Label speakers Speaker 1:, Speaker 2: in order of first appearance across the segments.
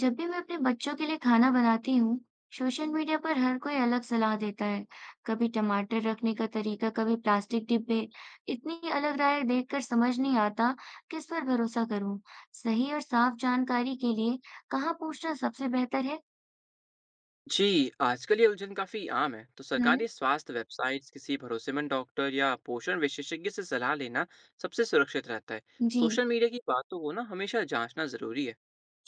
Speaker 1: जब भी मैं अपने बच्चों के लिए खाना बनाती हूँ, सोशल मीडिया पर हर कोई अलग सलाह देता है। कभी टमाटर रखने का तरीका, कभी प्लास्टिक डिब्बे। इतनी अलग राय देखकर समझ नहीं आता किस पर भरोसा करूँ। सही और साफ जानकारी के लिए कहाँ पूछना सबसे बेहतर है?
Speaker 2: जी, आजकल ये उलझन काफ़ी आम है। तो सरकारी
Speaker 1: हम्म।
Speaker 2: स्वास्थ्य वेबसाइट्स, किसी भरोसेमंद डॉक्टर या पोषण विशेषज्ञ से सलाह लेना सबसे सुरक्षित रहता है।
Speaker 1: जी।
Speaker 2: सोशल मीडिया की बातों को ना हमेशा जांचना ज़रूरी है।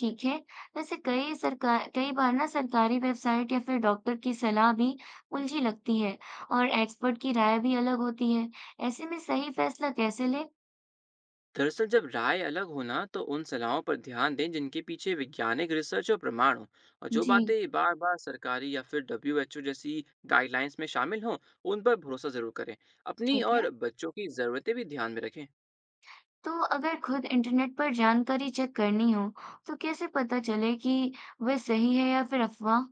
Speaker 1: ठीक है। वैसे कई सरकार कई बार ना सरकारी वेबसाइट या फिर डॉक्टर की सलाह भी उलझी लगती है और एक्सपर्ट की राय भी अलग होती है। ऐसे में सही फैसला कैसे लें?
Speaker 2: दरअसल जब राय अलग हो ना तो उन सलाहों पर ध्यान दें जिनके पीछे वैज्ञानिक रिसर्च और प्रमाण हो। और जो
Speaker 1: जी।
Speaker 2: बातें बार-बार सरकारी या फिर डब्ल्यूएचओ जैसी गाइडलाइंस में शामिल हों, उन पर भरोसा ज़रूर करें। अपनी
Speaker 1: ठीक है।
Speaker 2: और बच्चों की ज़रूरतें भी ध्यान में रखें।
Speaker 1: तो अगर खुद इंटरनेट पर जानकारी चेक करनी हो, तो कैसे पता चले कि वह सही है या फिर अफवाह?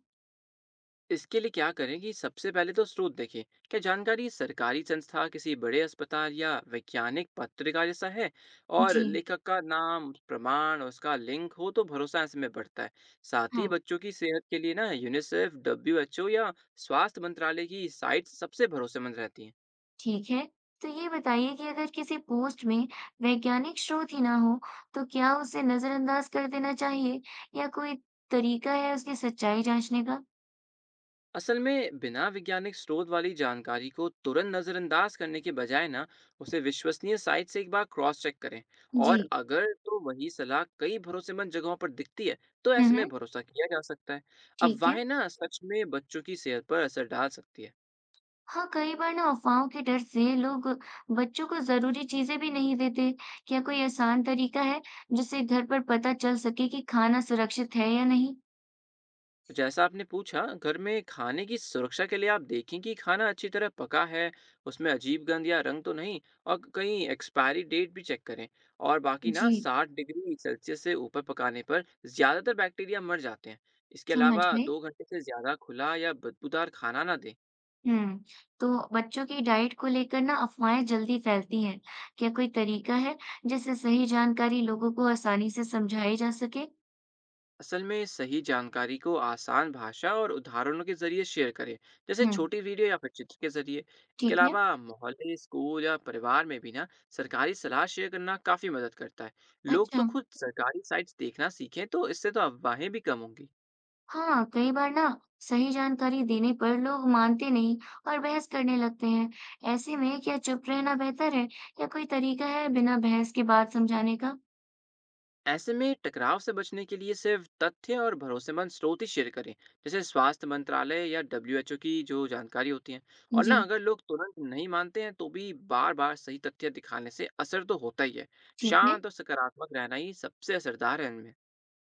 Speaker 2: इसके लिए क्या करें कि सबसे पहले तो स्रोत देखें। क्या जानकारी सरकारी संस्था किसी बड़े अस्पताल या वैज्ञानिक पत्रिका जैसा है और
Speaker 1: जी।
Speaker 2: लेखक का नाम प्रमाण और उसका लिंक हो तो भरोसा ऐसे में बढ़ता है। साथ ही
Speaker 1: हाँ,
Speaker 2: बच्चों की सेहत के लिए ना यूनिसेफ डब्ल्यू एच ओ या स्वास्थ्य मंत्रालय की साइट सबसे भरोसेमंद रहती हैं।
Speaker 1: ठीक है। तो ये बताइए कि अगर किसी पोस्ट में वैज्ञानिक स्रोत ही ना हो, तो क्या उसे नजरअंदाज कर देना चाहिए या कोई तरीका है उसकी सच्चाई जांचने का?
Speaker 2: असल में बिना वैज्ञानिक स्रोत वाली जानकारी को तुरंत नज़रअंदाज करने के बजाय ना उसे विश्वसनीय साइट से एक बार क्रॉस चेक करें।
Speaker 1: जी।
Speaker 2: और अगर तो वही सलाह कई भरोसेमंद जगहों पर दिखती है तो ऐसे में
Speaker 1: हम्म।
Speaker 2: भरोसा किया जा सकता है।
Speaker 1: ठीक है।
Speaker 2: अफवाहें ना सच में बच्चों की सेहत पर असर डाल सकती है।
Speaker 1: हाँ, कई बार ना अफ़वाहों के डर से लोग बच्चों को ज़रूरी चीज़ें भी नहीं देते। क्या कोई आसान तरीका है, जिससे घर पर पता चल सके कि खाना सुरक्षित है या नहीं?
Speaker 2: तो जैसा आपने पूछा, घर में खाने की सुरक्षा के लिए आप देखें कि खाना अच्छी तरह पका है, उसमें अजीब गंध या रंग तो नहीं, और कहीं एक्सपायरी डेट भी चेक करें। और बाकी ना
Speaker 1: जी,
Speaker 2: 60 डिग्री सेल्सियस से ऊपर पकाने पर ज़्यादातर बैक्टीरिया मर जाते हैं। इसके
Speaker 1: समझ
Speaker 2: अलावा
Speaker 1: गई।
Speaker 2: दो घंटे से ज़्यादा खुला या बदबूदार खाना ना दें।
Speaker 1: हुँ, तो बच्चों की डाइट को लेकर ना अफ़वाहें जल्दी फैलती हैं। क्या कोई तरीका है, जिससे सही जानकारी लोगों को आसानी से समझाई जा सके?
Speaker 2: असल में सही जानकारी को आसान भाषा और उदाहरणों के जरिए शेयर करें, जैसे
Speaker 1: हुँ,
Speaker 2: छोटी वीडियो या फिर चित्र के जरिए। इसके
Speaker 1: ठीक है।
Speaker 2: अलावा मोहल्ले स्कूल या परिवार में भी ना सरकारी सलाह शेयर करना काफ़ी मदद करता है। लोग तो
Speaker 1: अच्छा।
Speaker 2: खुद सरकारी साइट्स देखना सीखें तो इससे तो अफवाहें भी कम होंगी।
Speaker 1: हाँ, कई बार ना सही जानकारी देने पर लोग मानते नहीं और बहस करने लगते हैं। ऐसे में क्या चुप रहना बेहतर है या कोई तरीका है बिना बहस के बात समझाने का?
Speaker 2: ऐसे में टकराव से बचने के लिए सिर्फ तथ्य और भरोसेमंद स्रोत ही शेयर करें, जैसे स्वास्थ्य मंत्रालय या डब्ल्यूएचओ की जो जानकारी होती है। और ना
Speaker 1: जी।
Speaker 2: अगर लोग तुरंत नहीं मानते हैं तो भी बार बार सही तथ्य दिखाने से असर तो होता ही है।
Speaker 1: ठीक है।
Speaker 2: शांत और सकारात्मक रहना ही सबसे असरदार है इनमें।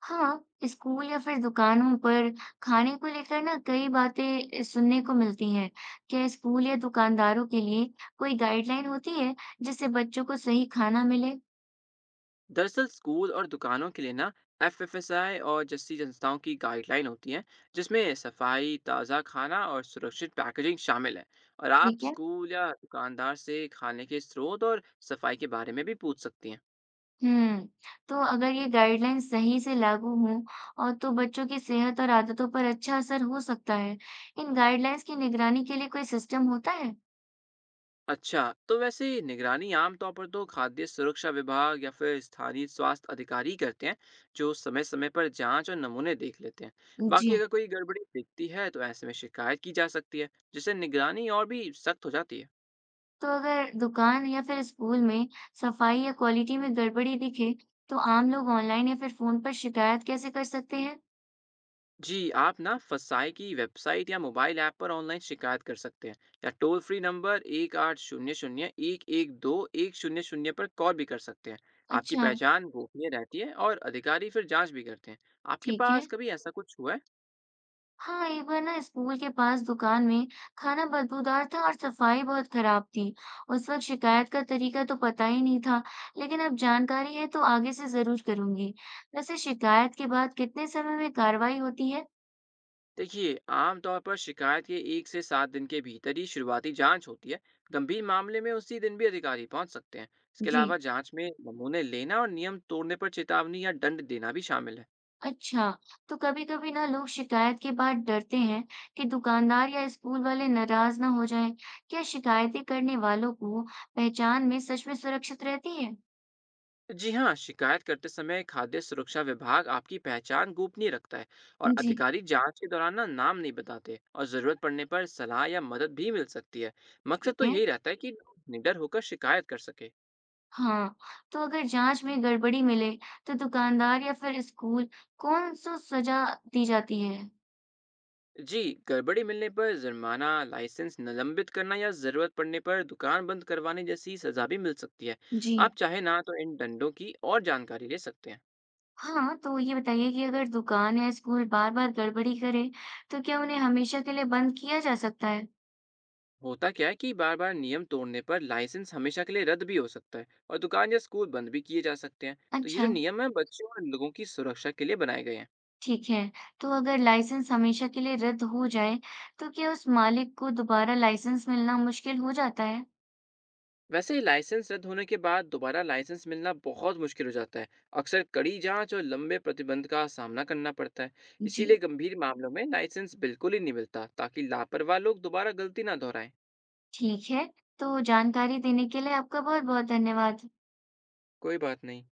Speaker 1: हाँ, स्कूल या फिर दुकानों पर खाने को लेकर ना कई बातें सुनने को मिलती हैं। क्या स्कूल या दुकानदारों के लिए कोई गाइडलाइन होती है जिससे बच्चों को सही खाना मिले?
Speaker 2: दरअसल स्कूल और दुकानों के लिए ना एफएफएसआई और जस्सी संस्थाओं की गाइडलाइन होती है, जिसमें सफाई ताज़ा खाना और सुरक्षित पैकेजिंग शामिल है। और आप
Speaker 1: ठीक है।
Speaker 2: स्कूल या दुकानदार से खाने के स्रोत और सफाई के बारे में भी पूछ सकती हैं।
Speaker 1: हुँ। तो अगर ये गाइडलाइन सही से लागू हों और तो बच्चों की सेहत और आदतों पर अच्छा असर हो सकता है। इन गाइडलाइंस की निगरानी के लिए कोई सिस्टम होता है?
Speaker 2: अच्छा, तो वैसे निगरानी आमतौर पर तो खाद्य सुरक्षा विभाग या फिर स्थानीय स्वास्थ्य अधिकारी करते हैं, जो समय समय पर जांच और नमूने देख लेते हैं।
Speaker 1: जी।
Speaker 2: बाकी अगर कोई गड़बड़ी दिखती है तो ऐसे में शिकायत की जा सकती है, जिससे निगरानी और भी सख्त हो जाती है।
Speaker 1: तो अगर दुकान या फिर स्कूल में सफाई या क्वालिटी में गड़बड़ी दिखे, तो आम लोग ऑनलाइन या फिर फ़ोन पर शिकायत कैसे कर सकते हैं?
Speaker 2: जी, आप ना फसाई की वेबसाइट या मोबाइल ऐप पर ऑनलाइन शिकायत कर सकते हैं या टोल फ्री नंबर 1800-112-100 पर कॉल भी कर सकते हैं। आपकी
Speaker 1: अच्छा,
Speaker 2: पहचान गोपनीय रहती है और अधिकारी फिर जांच भी करते हैं। आपके
Speaker 1: ठीक
Speaker 2: पास
Speaker 1: है।
Speaker 2: कभी ऐसा कुछ हुआ है?
Speaker 1: हाँ, एक बार ना स्कूल के पास दुकान में खाना बदबूदार था और सफाई बहुत खराब थी। उस वक्त शिकायत का तरीका तो पता ही नहीं था, लेकिन अब जानकारी है तो आगे से जरूर करूंगी। वैसे शिकायत के बाद कितने समय में कार्रवाई होती है?
Speaker 2: देखिए, आमतौर पर शिकायत के 1 से 7 दिन के भीतर ही शुरुआती जांच होती है। गंभीर मामले में उसी दिन भी अधिकारी पहुंच सकते हैं। इसके
Speaker 1: जी।
Speaker 2: अलावा जांच में नमूने लेना और नियम तोड़ने पर चेतावनी या दंड देना भी शामिल है।
Speaker 1: अच्छा। तो कभी कभी ना लोग शिकायत के बाद डरते हैं कि दुकानदार या स्कूल वाले नाराज ना हो जाएं। क्या शिकायतें करने वालों को पहचान में सच में सुरक्षित रहती है?
Speaker 2: जी हाँ, शिकायत करते समय खाद्य सुरक्षा विभाग आपकी पहचान गोपनीय रखता है और
Speaker 1: जी।
Speaker 2: अधिकारी जांच के दौरान ना नाम नहीं बताते, और जरूरत पड़ने पर सलाह या मदद भी मिल सकती है। मकसद
Speaker 1: ठीक
Speaker 2: तो
Speaker 1: है।
Speaker 2: यही रहता है कि लोग निडर होकर शिकायत कर सके।
Speaker 1: हाँ, तो अगर जांच में गड़बड़ी मिले तो दुकानदार या फिर स्कूल कौन सा सजा दी जाती है?
Speaker 2: जी, गड़बड़ी मिलने पर जुर्माना, लाइसेंस निलंबित करना या जरूरत पड़ने पर दुकान बंद करवाने जैसी सजा भी मिल सकती है।
Speaker 1: जी।
Speaker 2: आप चाहे ना तो इन दंडों की और जानकारी ले सकते हैं।
Speaker 1: हाँ, तो ये बताइए कि अगर दुकान या स्कूल बार बार गड़बड़ी करे तो क्या उन्हें हमेशा के लिए बंद किया जा सकता है?
Speaker 2: होता क्या है कि बार बार नियम तोड़ने पर लाइसेंस हमेशा के लिए रद्द भी हो सकता है और दुकान या स्कूल बंद भी किए जा सकते हैं। तो ये जो
Speaker 1: अच्छा,
Speaker 2: नियम है बच्चों और लोगों की सुरक्षा के लिए बनाए गए हैं।
Speaker 1: ठीक है। तो अगर लाइसेंस हमेशा के लिए रद्द हो जाए तो क्या उस मालिक को दोबारा लाइसेंस मिलना मुश्किल हो जाता है?
Speaker 2: वैसे लाइसेंस रद्द होने के बाद दोबारा लाइसेंस मिलना बहुत मुश्किल हो जाता है। अक्सर कड़ी जांच और लंबे प्रतिबंध का सामना करना पड़ता है।
Speaker 1: जी।
Speaker 2: इसीलिए गंभीर मामलों में लाइसेंस बिल्कुल ही नहीं मिलता ताकि लापरवाह लोग दोबारा गलती ना दोहराएं।
Speaker 1: ठीक है, तो जानकारी देने के लिए आपका बहुत बहुत धन्यवाद।
Speaker 2: कोई बात नहीं।